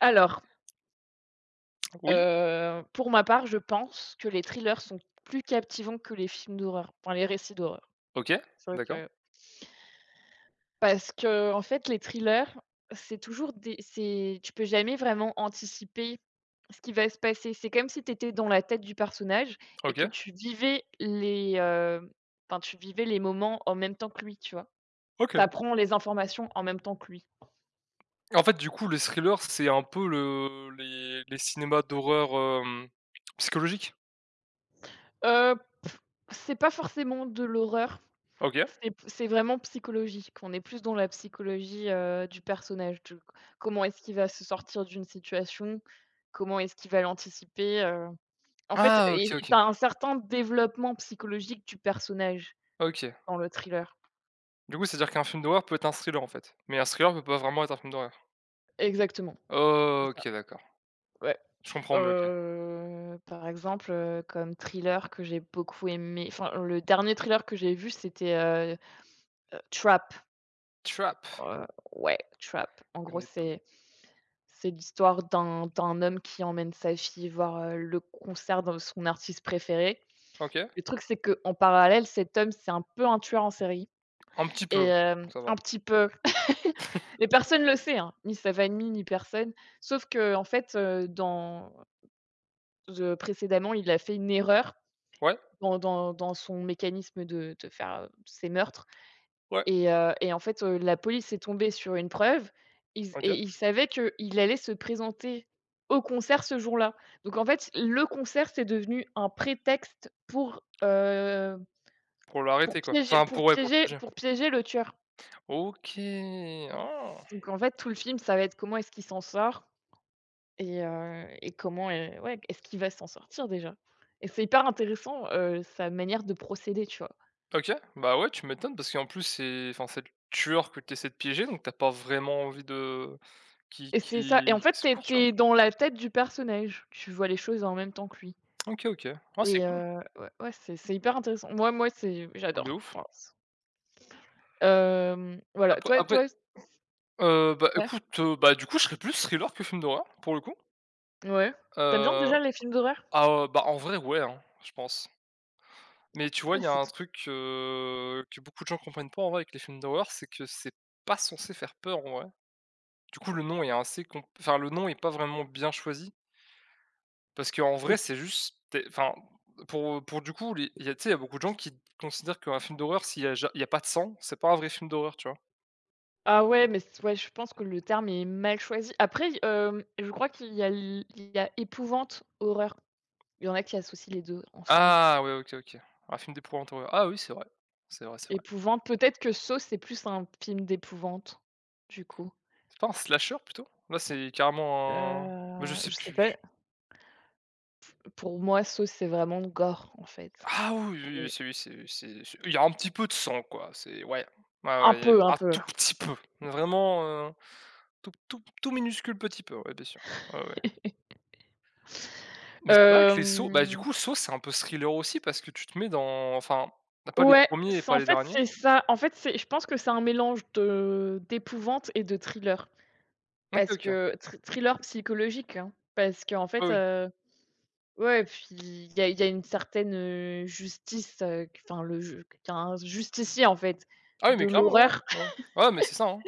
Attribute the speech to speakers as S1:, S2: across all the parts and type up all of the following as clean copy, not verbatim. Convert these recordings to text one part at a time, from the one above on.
S1: Alors,
S2: Oui,
S1: pour ma part, je pense que les thrillers sont plus captivants que les films d'horreur, enfin les récits d'horreur.
S2: OK,
S1: C'est vrai
S2: d'accord,
S1: que parce qu'en fait, les thrillers, c'est toujours des c'est tu peux jamais vraiment anticiper ce qui va se passer. C'est comme si tu étais dans la tête du personnage et que
S2: OK,
S1: tu vivais enfin tu vivais les moments en même temps que lui, tu vois?
S2: OK.
S1: T'apprends les informations en même temps que lui.
S2: En fait, du coup, les thrillers, c'est un peu le les cinémas d'horreur, hem, psychologiques?
S1: Heu, c'est pas forcément de l'horreur.
S2: OK.
S1: C'est vraiment psychologique. On est plus dans la psychologie, du personnage, du comment est-ce qu'il va se sortir d'une situation? Comment est-ce qu'il va l'anticiper? En fait
S2: Ah
S1: et
S2: OK,
S1: et
S2: OK,
S1: tu as un certain développement psychologique du personnage
S2: OK.
S1: dans le thriller.
S2: Du coup, c'est-à-dire qu'un film d'horreur peut être un thriller, en fait? Mais un thriller peut pas vraiment être un film d'horreur?
S1: Exactement, c'est ça,
S2: OK, d'accord.
S1: ouais.
S2: Je comprends mieux, OK.
S1: Par exemple, comme thriller que j'ai beaucoup aimé, enfin, le dernier thriller que j'ai vu, c'était, Trap,
S2: Trap,
S1: heu, ouais, Trap. En
S2: je
S1: gros,
S2: connais pas.
S1: c'est l'histoire d'un homme qui emmène sa fille voir, le concert de son artiste préféré.
S2: OK,
S1: Le truc, c'est qu'en parallèle, cet homme, c'est un peu un tueur en série
S2: un petit
S1: et
S2: peu,
S1: hem,
S2: pour savoir.
S1: un petit peu et personne le sait, hein, ni sa famille, ni personne. Sauf que en fait, dans de précédemment, il a fait une erreur
S2: Ouais,
S1: dans son mécanisme de faire, ses meurtres.
S2: ouais,
S1: Et en fait, la police est tombée sur une preuve. Ils s Et
S2: OK.
S1: ils savaient qu'il allait se présenter au concert ce jour-là. Donc en fait, le concert, c'est devenu un prétexte pour,
S2: Pour
S1: pour
S2: l'arrêter, quoi?
S1: piéger
S2: Enfin,
S1: pour
S2: pour ouais, pour
S1: piéger
S2: le sujet.
S1: pour piéger le tueur.
S2: OK, ah!
S1: Donc en fait, tout le film, ça va être comment est-ce qu'il s'en sort et comment est ouais, est-ce qu'il va s'en sortir déjà? Et c'est hyper intéressant, sa manière de procéder, tu vois?
S2: OK, bah, ouais, tu m'étonnes parce qu'en plus c'est enfin, c'est le tueur que tu essaies de piéger donc t'as pas vraiment envie de qui,
S1: Et
S2: qui,
S1: c'est ça, et en
S2: qu'il
S1: fait, t'es
S2: secoue, tu vois?
S1: es dans la tête du personnage. Tu vois les choses en même temps que lui.
S2: OK, OK. Ah, c'est cool,
S1: Ouais, ouais, c'est hyper intéressant. Moi, c'est
S2: cool de
S1: j'adore.
S2: ouf.
S1: Enfin, voilà,
S2: Après
S1: toi
S2: après,
S1: toi c
S2: bah,
S1: ouais,
S2: écoute, bah, du coup, je serais plus thriller que film d'horreur, pour le coup.
S1: ouais. Tu aimes bien
S2: Heu,
S1: déjà les films d'horreur?
S2: ah, bah, en vrai, ouais, hein, je pense. Mais tu vois,
S1: Ouais,
S2: il y a
S1: c'est
S2: un
S1: t
S2: truc, que beaucoup de gens comprennent pas en vrai avec les films d'horreur, c'est que c'est pas censé faire peur en vrai. Du coup, le nom est assez com enfin, le nom est pas vraiment bien choisi. Parce qu'en
S1: c'est
S2: vrai, c'est juste tu enfin, pour du coup, les il y a tu sais, il y a beaucoup de gens qui considèrent qu'un film d'horreur, s'il y a ja il y a pas de sang, c'est pas un vrai film d'horreur, tu vois?
S1: Ah ouais, mais c ouais, je pense que le terme est mal choisi. Après, je crois qu'il y a l il y a épouvante, horreur. Il y en a qui associent les deux ensemble.
S2: Ah ouais, OK, OK. Un film d'épouvante horreur. Ah oui, c'est vrai. C'est vrai, c'est vrai.
S1: Épouvante, peut-être que Saw, c'est plus un film d'épouvante, du coup.
S2: C'est pas un slasher plutôt? Là, c'est carrément un bah, je
S1: Je
S2: sais
S1: sais pas,
S2: plus.
S1: pour moi, Saw, c'est vraiment gore, en fait.
S2: Ah oui, oui, oui,
S1: C'est
S2: c'est oui, c'est oui, c'est il y a un petit peu de sang, quoi. C'est ouais. Ouais,
S1: un
S2: ouais, il y
S1: peu, un
S2: a un
S1: peu.
S2: tout petit peu. Vraiment, heu, tout tout tout minuscule petit peu, ouais, bien sûr. Ouais, ouais. Mais c'est vrai que les sauts bah, du
S1: Hem
S2: coup, Saw, c'est un peu thriller aussi parce que tu te mets dans enfin, pas les
S1: Ouais,
S2: premiers et
S1: c'est
S2: pas
S1: en
S2: les
S1: fait,
S2: derniers.
S1: c'est ça. En fait, c'est je pense que c'est un mélange de d'épouvante et de thriller.
S2: OK,
S1: Parce
S2: OK.
S1: que thriller psychologique, hein, parce qu'en
S2: Oui,
S1: fait,
S2: oui.
S1: ouais, puis il y a une certaine, justice, q enfin le ju qu'un justicier, en fait,
S2: Ah oui,
S1: de
S2: mais clairement, ouais,
S1: l'horreur.
S2: ouais, ouais. Ouais, mais c'est ça, hein.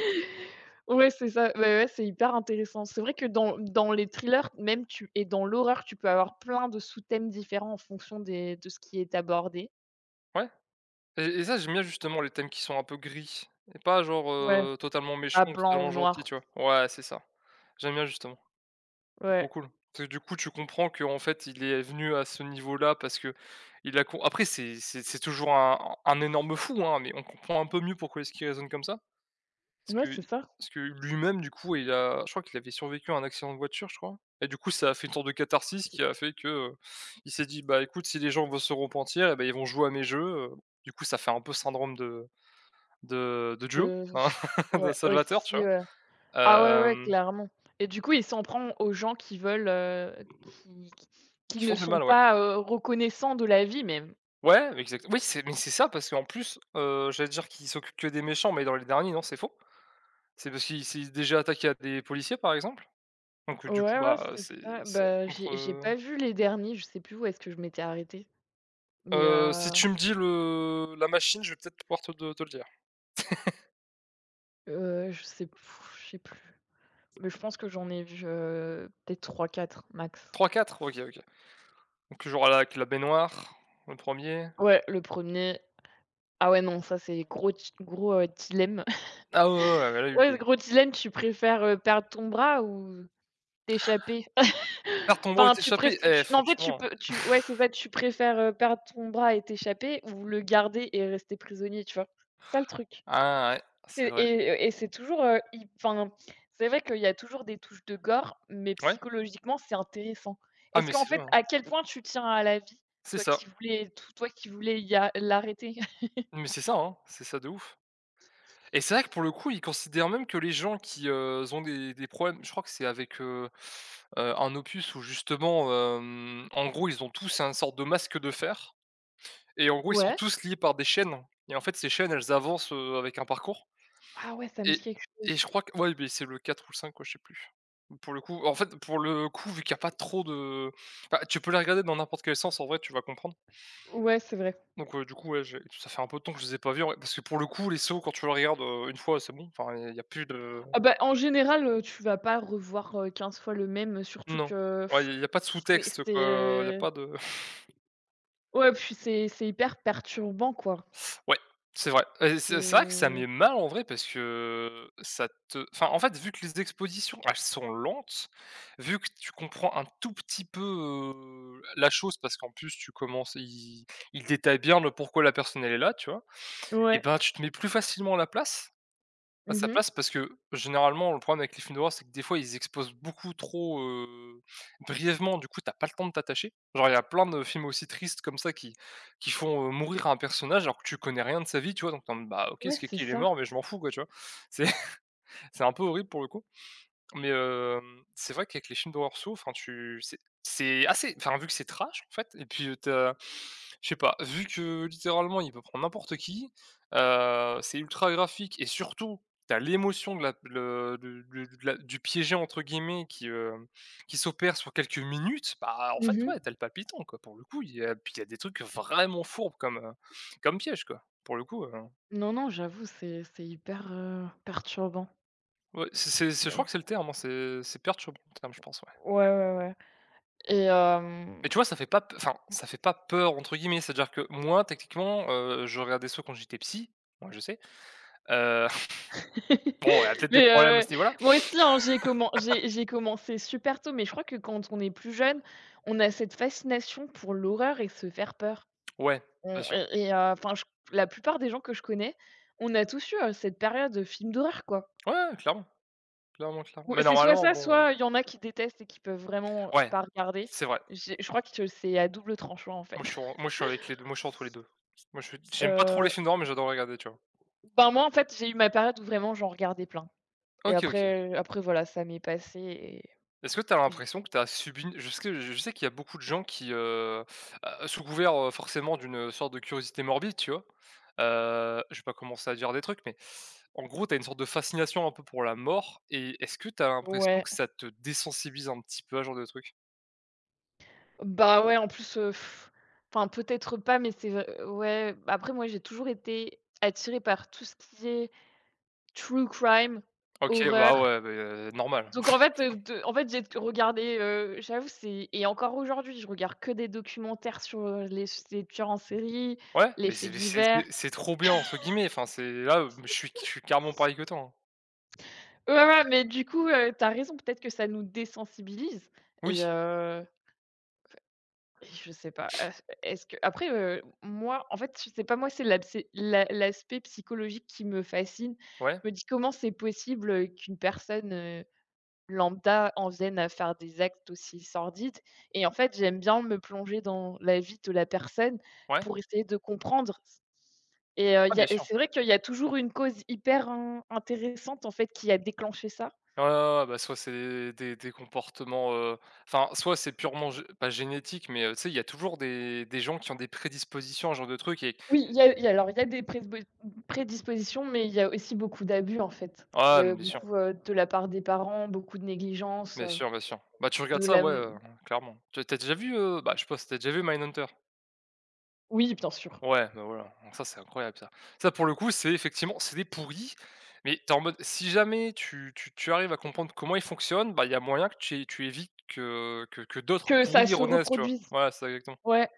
S1: Ouais, c'est ça. Ouais, ouais, c'est hyper intéressant. C'est vrai que dans les thrillers, même, tu et dans l'horreur, tu peux avoir plein de sous-thèmes différents en fonction des de ce qui est abordé.
S2: Ouais et ça, j'aime bien justement les thèmes qui sont un peu gris et pas genre,
S1: Ouais,
S2: totalement
S1: à
S2: méchant, ou
S1: blanc
S2: totalement
S1: ou
S2: gentil,
S1: noir.
S2: tu vois? Ouais, c'est ça. J'aime bien justement. C'est trop
S1: Ouais.
S2: cool. Parce que du coup, tu comprends que en fait, il est venu à ce niveau-là parce que il a com après c'est toujours un énorme fou, hein, mais on comprend un peu mieux pourquoi est-ce qu'il raisonne comme ça. Parce
S1: Ouais,
S2: que
S1: c'est ça.
S2: parce que lui-même, du coup, il a je crois qu'il avait survécu à un accident de voiture, je crois et du coup, ça a fait une sorte de catharsis qui a fait que, il s'est dit: «Bah, écoute, si les gens vont se repentir et ben, ils vont jouer à mes jeux», heu, du coup, ça fait un peu syndrome de Joe, hein,
S1: S
S2: de
S1: Ouais,
S2: Salvatore,
S1: aussi,
S2: tu vois?
S1: ouais. Ah ouais, ouais,
S2: Hem,
S1: clairement, et du coup, il s'en prend aux gens qui veulent, qui qui qui
S2: qui
S1: ne
S2: font du
S1: sont
S2: mal, ouais.
S1: pas, reconnaissants de la vie même.
S2: Ouais, exact oui, c'est mais c'est ça parce qu'en plus, j'allais dire qu'il s'occupe que des méchants, mais dans les derniers, non, c'est faux. C'est parce qu'il s'est déjà attaqué à des policiers, par exemple, donc
S1: Ouais,
S2: du coup,
S1: ouais,
S2: bah,
S1: c'est
S2: c'est
S1: ça.
S2: ça
S1: Bah, j'ai
S2: contre.
S1: pas vu les derniers, je sais plus où est-ce que je m'étais arrêtée, mais
S2: Si tu me dis le la machine, je vais peut-être pouvoir te le dire.
S1: heu, je sais je sais plus, mais je pense que j'en ai vu, peut-être trois quatre max.
S2: Trois quatre, OK, OK. Donc genre là avec la baignoire, le premier.
S1: Ouais, le premier. Ah ouais, non, ça, c'est gros, dilemme.
S2: Ah ouais, ouais, ouais, bah là il y
S1: Ouais,
S2: est
S1: gros dilemme, tu préfères, perdre ton bras ou t'échapper?
S2: perdre ton bras ou
S1: Enfin, tu préf
S2: t'échapper,
S1: tu non, en fait, tu peux
S2: franchement, hein.
S1: tu ouais, c'est ça, tu préfères, perdre ton bras et t'échapper ou le garder et rester prisonnier, tu vois? C'est ça le truc.
S2: Ah ouais, c'est
S1: C'est
S2: vrai.
S1: et c'est toujours, hy enfin, c'est vrai qu'il y a toujours des touches de gore, mais
S2: Ouais.
S1: psychologiquement, c'est intéressant.
S2: Ah
S1: Est-ce
S2: mais
S1: qu'en
S2: c'est vrai,
S1: fait,
S2: hein.
S1: à quel point tu tiens à la vie,
S2: C'est
S1: toi
S2: ça.
S1: qui voulais t toi qui voulais y a l'arrêter?
S2: Mais c'est ça, hein, c'est ça de ouf. Et c'est vrai que pour le coup, ils considèrent même que les gens qui, ont des problèmes je crois que c'est avec, un opus où justement, en gros, ils ont tous un sorte de masque de fer. Et en gros, ils sont
S1: Ouais.
S2: tous liés par des chaînes et en fait, ces chaînes, elles avancent, avec un parcours
S1: Ah ouais, ça me
S2: et
S1: dit quelque
S2: et je
S1: chose.
S2: crois que ouais, c'est le 4 ou le 5, ouais, je sais plus. Pour le coup en fait, pour le coup, vu qu'il y a pas trop de bah, tu peux les regarder dans n'importe quel sens en vrai, tu vas comprendre.
S1: Ouais, c'est vrai.
S2: Donc du coup, ouais, j'ai ça fait un peu de temps que je les ai pas vus en vrai parce que pour le coup, les sauts, quand tu le regardes, une fois, c'est bon. Enfin, il y a plus de
S1: Ah bah, en général, tu vas pas revoir, 15 fois le même, surtout
S2: non.
S1: que
S2: Ouais, il y a pas de
S1: c'est
S2: sous-texte,
S1: c'est
S2: quoi, il y a
S1: euh,
S2: pas de.
S1: Ouais, puis c'est hyper perturbant, quoi.
S2: Ouais, c'est vrai. Et c'est vrai que ça
S1: C'est
S2: met mal en vrai parce que ça te enfin, en fait, vu que les expositions, elles sont lentes. Vu que tu comprends un tout petit peu, la chose parce qu'en plus tu commences, ils détaillent bien le pourquoi la personne elle est là, tu vois? Et
S1: Ouais.
S2: ben, tu te mets plus facilement à la place bah,
S1: Mmh
S2: ça
S1: mh.
S2: place parce que, généralement, le problème avec les films d'horreur, c'est que des fois, ils exposent beaucoup trop, brièvement, du coup, t'as pas le temps de t'attacher. Genre, il y a plein de films aussi tristes comme ça qui font, mourir un personnage alors que tu connais rien de sa vie, tu vois? Donc tu en mode: «Bah, OK,
S1: Ouais,
S2: ce
S1: c'est
S2: kéké, il est
S1: ça.
S2: mort, mais je m'en fous, quoi», tu vois? C'est c'est un peu horrible pour le coup. Mais, c'est vrai qu'avec les films d'horreur sourds, enfin tu c'est assez enfin vu que c'est trash en fait et puis, tu je sais pas, vu que littéralement il peut prendre n'importe qui, c'est ultra graphique et surtout, t'as l'émotion de la le de la du «piégé» entre guillemets qui s'opère sur quelques minutes, bah, en fait,
S1: Mmh mh.
S2: ouais, tu le palpitant quoi pour le coup, il y a puis il y a des trucs vraiment fourbes comme, comme piège quoi. Pour le coup,
S1: Non, non, j'avoue, c'est hyper, perturbant.
S2: ouais, je
S1: Et
S2: crois que c'est le terme, hein, c'est perturbant le terme, je pense.
S1: ouais, ouais, ouais, et
S2: Mais
S1: hem
S2: tu vois, ça fait pas p enfin, ça fait pas «peur» entre guillemets, c'est-à-dire que moi, techniquement, je regardais ça quand j'étais psy, moi je sais, heu, bon, il y a peut-être des
S1: mais
S2: problèmes à ce niveau-là.
S1: moi aussi, hein, j'ai commencé super tôt, mais je crois que quand on est plus jeune, on a cette fascination pour l'horreur et se faire peur.
S2: Ouais,
S1: On
S2: bien sûr.
S1: et Enfin, je la plupart des gens que je connais, on a tous eu, cette période, de films d'horreur, quoi.
S2: Ouais, ouais, clairement, clairement, clairement.
S1: Ou
S2: Mais
S1: c'est soit
S2: normalement,
S1: ça,
S2: bon
S1: soit il y en a qui détestent et qui peuvent vraiment
S2: ouais,
S1: pas regarder.
S2: c'est vrai.
S1: J'ai Je crois que c'est à double tranchant, en fait.
S2: Moi, je suis en moi, je suis avec les deux, moi, je suis entre les 2. Moi, je suis j'aime pas trop les films
S1: Heu,
S2: d'horreur, mais j'adore regarder, tu vois?
S1: ben, moi, en fait, j'ai eu ma période où vraiment j'en regardais plein et
S2: OK, OK.
S1: après voilà, ça m'est passé, et
S2: Est-ce que tu as
S1: j'ai
S2: l'impression que tu as subi une je sais qu'il y a beaucoup de gens qui, sous couvert, forcément d'une sorte de curiosité morbide, tu vois? Je vais pas commencer à dire des trucs, mais en gros, tu as une sorte de fascination un peu pour la mort et est-ce que tu as l'impression
S1: ouais.
S2: que ça te désensibilise un petit peu à ce genre de truc?
S1: Bah, ouais, en plus, enfin, peut-être pas, mais c'est vrai, ouais, après moi, j'ai toujours été attirée par tout ce qui est true crime,
S2: OK,
S1: horreur.
S2: bah, ouais, normal.
S1: Donc en fait, de en fait, j'ai regardé, j'avoue, c'est et encore aujourd'hui, je regarde que des documentaires sur, les tueurs en série,
S2: Ouais,
S1: les
S2: mais
S1: faits
S2: c'est mais c'est
S1: divers.
S2: c'est c'est «trop bien» entre guillemets, enfin, c'est là, je suis carrément pareil que toi, hein.
S1: Ouais, ouais, ouais, mais du coup, tu raison, peut-être que ça nous désensibilise,
S2: Oui,
S1: et heu, et je sais pas, est-ce est-ce que après, moi, en fait, je sais pas, moi, c'est l'aspect psychologique qui me fascine.
S2: ouais,
S1: Je me dis: «Comment c'est possible, qu'une personne, euh, Lambda, en viennent à faire des actes aussi sordides, et en fait, j'aime bien me plonger dans la vie de la personne
S2: ouais.
S1: pour essayer de comprendre, et il
S2: Ah,
S1: y
S2: bien
S1: a et
S2: sûr.
S1: c'est vrai qu'il y a toujours une cause hyper in intéressante, en fait, qui a déclenché ça.
S2: Ouais, ouais, ouais, ouais, bah, soit c'est des comportements, enfin, soit c'est purement gé pas génétique, mais tu sais, il y a toujours des gens qui ont des prédispositions à ce genre de truc et
S1: Oui, il y a alors il y a des présbo prédispositions, mais il y a aussi beaucoup d'abus, en fait. Il y
S2: ah,
S1: a
S2: mais bien sûr,
S1: beaucoup, de la part des parents, beaucoup de négligence,
S2: bien sûr, bien sûr. Bah, tu regardes
S1: de
S2: ça,
S1: la
S2: ouais, clairement. Tu as déjà vu, bah, je sais pas si déjà vu Mindhunter?
S1: oui, bien sûr.
S2: Ouais, bah, voilà, donc ça, c'est incroyable ça. Ça, pour le coup, c'est effectivement c'est des pourris, mais t'es en mode si jamais tu arrives à comprendre comment ils fonctionnent, bah, il y a moyen que tu évites que d'autres
S1: Que ça
S2: pourris
S1: se
S2: renaissent, tu vois?
S1: reproduise.
S2: Voilà, c'est exactement.
S1: Ouais,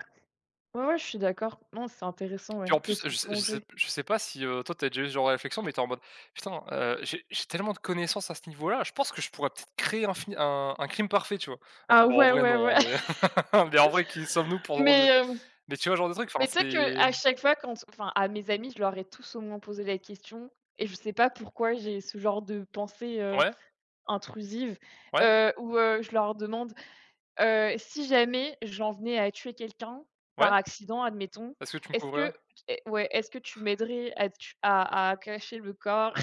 S1: ouais, ouais, je suis d'accord. Non, c'est intéressant,
S2: Puis
S1: ouais,
S2: en
S1: de
S2: plus,
S1: se
S2: je sais je sais
S1: plonger.
S2: je sais pas si, toi t'as déjà eu ce genre de réflexion, mais t'es en mode: «Putain, j'ai tellement de connaissances à ce niveau-là, je pense que je pourrais peut-être créer un fi un crime parfait», tu vois? Alors
S1: Ah
S2: bon, en
S1: ouais,
S2: vrai
S1: ouais, ouais.
S2: non, hein, mais mais en vrai qui sommes-nous pour genre
S1: Mais,
S2: de
S1: hem,
S2: mais tu vois, genre de truc, enfin
S1: mais tu sais
S2: c'est
S1: qu'à chaque fois quand enfin, à mes amis, je leur ai tous au moins posé la question, et je sais pas pourquoi j'ai ce genre de pensée,
S2: ouais,
S1: intrusive,
S2: ouais,
S1: où, je leur demande, «Si jamais j'en venais à tuer quelqu'un par
S2: ouais,
S1: accident, admettons,
S2: est-ce que tu me
S1: est-ce
S2: couvrirais?
S1: que est ouais, est-ce que tu m'aiderais à tu à cacher le corps?»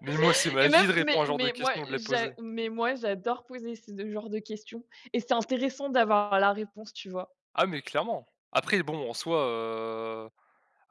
S2: Mais moi, c'est ma
S1: Et même
S2: vie de répondre à ce genre de questions, de les poser.
S1: moi j'adore poser ce genre de questions, et c'est intéressant d'avoir la réponse, tu vois?
S2: Ah mais clairement. Après bon, en soi,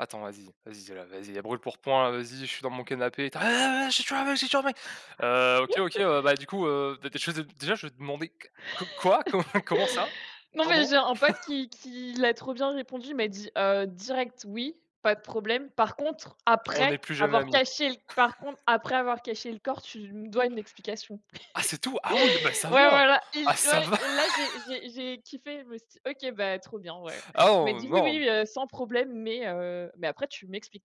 S2: attends, vas-y, vas-y, là, vas-y, à brûle pour point, vas-y, je suis dans mon canapé. «Ah, ah, ah, j'ai tué un mec, j'ai tué un mec!» OK, OK, du coup, d je déjà, je vais te demander: «Q quoi? Com comment ça?
S1: Non, mais
S2: Pardon?»
S1: j'ai un pote qui l'a trop bien répondu, il m'a dit, «Direct oui, pas de problème. Par contre,
S2: On
S1: après
S2: n'est plus jamais
S1: avoir
S2: amis.
S1: caché le corps, tu me dois une explication».
S2: Ah, c'est tout? Ah oui, bah, ça
S1: Ouais,
S2: va!
S1: voilà, il
S2: Ah, ça va!
S1: ouais, là, j'ai kiffé, je me suis dit: «OK, bah, trop bien, ouais».
S2: Ah
S1: Il m'a
S2: non,
S1: dit: «Oui, oui,
S2: non,
S1: sans problème, mais mais après tu m'expliques».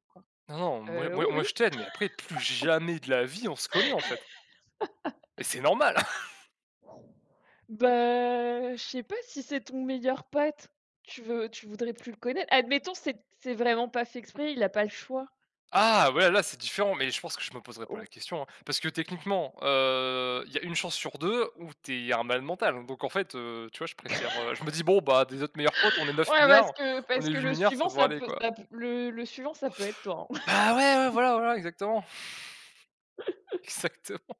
S2: non, non, moi
S1: Oui,
S2: moi moi
S1: oui.
S2: je t'aide, mais après, plus jamais de la vie, on se connaît, en fait, et c'est normal.
S1: Bah, je sais pas si c'est ton meilleur pote, tu voudrais plus le connaître. Admettons, c'est vraiment pas fait exprès, il a pas le choix.
S2: Ah ouais, là, c'est différent, mais je pense que je me poserai pas la question, hein. Parce que techniquement, il y a une chance sur 2 où t'es es un malade mental, hein. Donc en fait, tu vois, je préfère, je me dis: «Bon, bah, des autres meilleurs potes, on est neuf
S1: Ouais, parce
S2: milliards,
S1: que
S2: on
S1: parce
S2: est
S1: que
S2: huit
S1: le
S2: milliards,
S1: suivant,
S2: ça devrait
S1: ça
S2: aller,
S1: peut
S2: quoi».
S1: ça peut le le suivant, ça peut être toi, hein.
S2: Bah, ouais, ouais, voilà, voilà, exactement, exactement.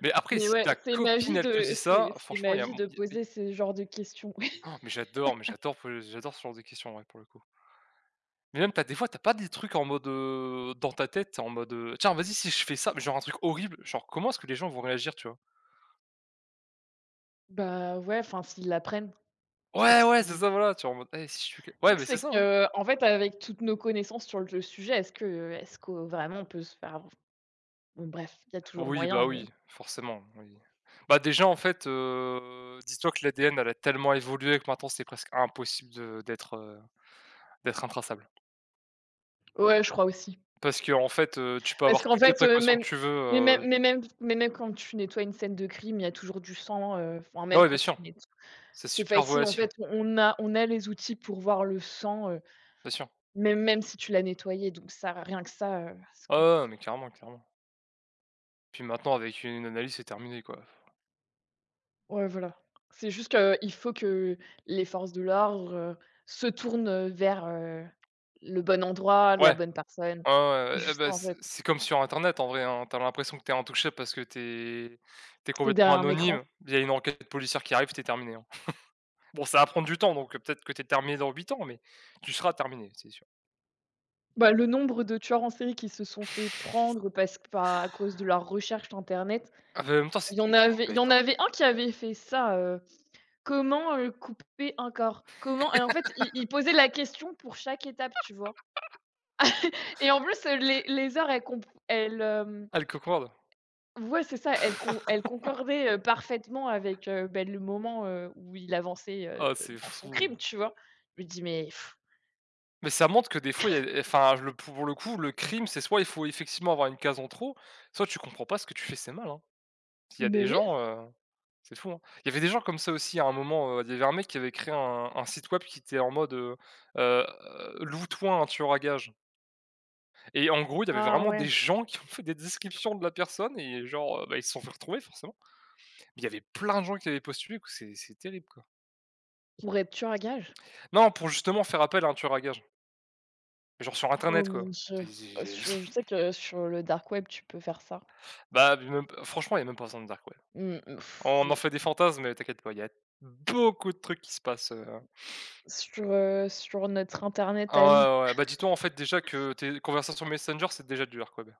S2: Mais après,
S1: Mais
S2: si
S1: ouais,
S2: ta
S1: c'est ma
S2: copine,
S1: vie
S2: elle te
S1: de
S2: dit
S1: c'est
S2: ça,
S1: c'est
S2: franchement,
S1: ma
S2: il y a
S1: vie
S2: mon
S1: de
S2: il y a- il
S1: poser ce genre de questions.
S2: oh, mais j'adore poser j'adore ce genre de questions, ouais, pour le coup. Mais même, t'as des fois, t'as pas des trucs en mode, dans ta tête, en mode, «Tiens, vas-y, si je fais ça», mais genre un truc horrible, genre comment est-ce que les gens vont réagir, tu vois?
S1: Bah, ouais, enfin, s'ils l'apprennent,
S2: Ouais,
S1: est-ce
S2: ouais,
S1: qu'ils
S2: c'est
S1: le
S2: ça, voilà, tu es en «Hey, si je fais que» ouais,
S1: truc,
S2: mais c'est
S1: c'est
S2: ça, ouais.
S1: qu'en fait, avec toutes nos connaissances sur le sujet, est-ce que vraiment on peut se faire, bon bref, il y a toujours
S2: Oui,
S1: moyen,
S2: bah,
S1: mais
S2: oui, forcément, oui. Bah, déjà, en fait, dis-toi que l'ADN, elle a tellement évolué que maintenant, c'est presque impossible de d'être, d'être intraçable.
S1: ouais, je crois aussi.
S2: Parce que en fait, tu peux
S1: Parce
S2: avoir
S1: qu'en
S2: toutes les
S1: fait,
S2: précautions
S1: même
S2: que tu veux,
S1: mais même
S2: heu,
S1: mais même mais même quand tu nettoies une scène de crime, il y a toujours du sang, enfin,
S2: ah
S1: même
S2: ouais, bien
S1: quand tu
S2: sûr,
S1: nettoies
S2: c'est
S1: c'est
S2: super
S1: facile, en fait,
S2: volatile,
S1: on a les outils pour voir le sang.
S2: bien sûr.
S1: Même si tu l'as nettoyé, donc ça, rien que ça, c'est
S2: Ah
S1: con.
S2: ouais, ouais, mais carrément, carrément. Puis maintenant, avec une analyse, c'est terminé, quoi.
S1: Ouais, voilà. C'est juste qu'il faut que les forces de l'ordre, se tournent, vers, le bon endroit, la
S2: Ouais.
S1: bonne personne.
S2: Ah ouais,
S1: C'est
S2: ouais, eh
S1: juste ça,
S2: bah,
S1: en
S2: c'est
S1: fait.
S2: c'est comme sur internet en vrai, hein. Tu l'impression que t'es es intouchable parce que t'es es
S1: T'es
S2: complètement
S1: derrière un
S2: anonyme.
S1: écran.
S2: Il y a une enquête policière qui arrive, t'es terminé, hein. Bon, ça va prendre du temps, donc peut-être que t'es terminé dans 8 ans, mais tu seras terminé, c'est sûr.
S1: Bah, le nombre de tueurs en série qui se sont fait prendre parce que, bah, à cause de leur recherche internet,
S2: Ah bah, en même temps, c'est
S1: il y
S2: des
S1: en
S2: ils sont
S1: avait il y
S2: bêtes,
S1: en
S2: hein.
S1: avait un qui avait fait ça, comment, couper un corps? Comment Et en fait, il posait la question pour chaque étape, tu vois? Et en plus, les heures, elles comp elles, hem,
S2: Ah, le Coq.
S1: ouais, c'est ça, elles concordaient, parfaitement avec, bah, le moment, où il avançait,
S2: Ah, c'est
S1: dans son
S2: fou.
S1: crime, tu vois? Je me dis: «Mais
S2: Mais ça montre que des fois, il y a eh, enfin, le pour le coup, le crime, c'est soit il faut effectivement avoir une case en trop, soit tu comprends pas ce que tu fais, c'est mal, hein. Il y a
S1: mais
S2: des
S1: oui.
S2: gens, euh, c'est fou, hein. Il y avait des gens comme ça aussi à un moment, il y avait un mec qui avait créé un site web qui était en mode, heu, «Loue-toi un tueur à gages» et en gros, il y avait
S1: Ah
S2: vraiment
S1: ouais,
S2: des gens qui ont fait des descriptions de la personne et genre, ils se sont fait retrouver forcément. Mais il y avait plein de gens qui avaient postulé, quoi, c'est terrible, quoi.
S1: pour être tueur à gage.
S2: Non, pour justement faire appel à un tueur à gages, genre sur
S1: Oh
S2: internet, quoi.
S1: mon
S2: C'est
S1: Dieu!»
S2: c'est
S1: Su Je sais que sur le dark web, tu peux faire ça.
S2: bah, même franchement, il y a même pas besoin de dark web.
S1: Mmh,
S2: On en
S1: oui.
S2: fait des fantasmes, mais t'inquiète pas, il y a beaucoup de trucs qui se passent, heu,
S1: Sur notre internet
S2: ah
S1: à nous.
S2: ouais, ouais, ouais. Bah, dis-toi en fait déjà que tes conversations Messenger, c'est déjà du dark web.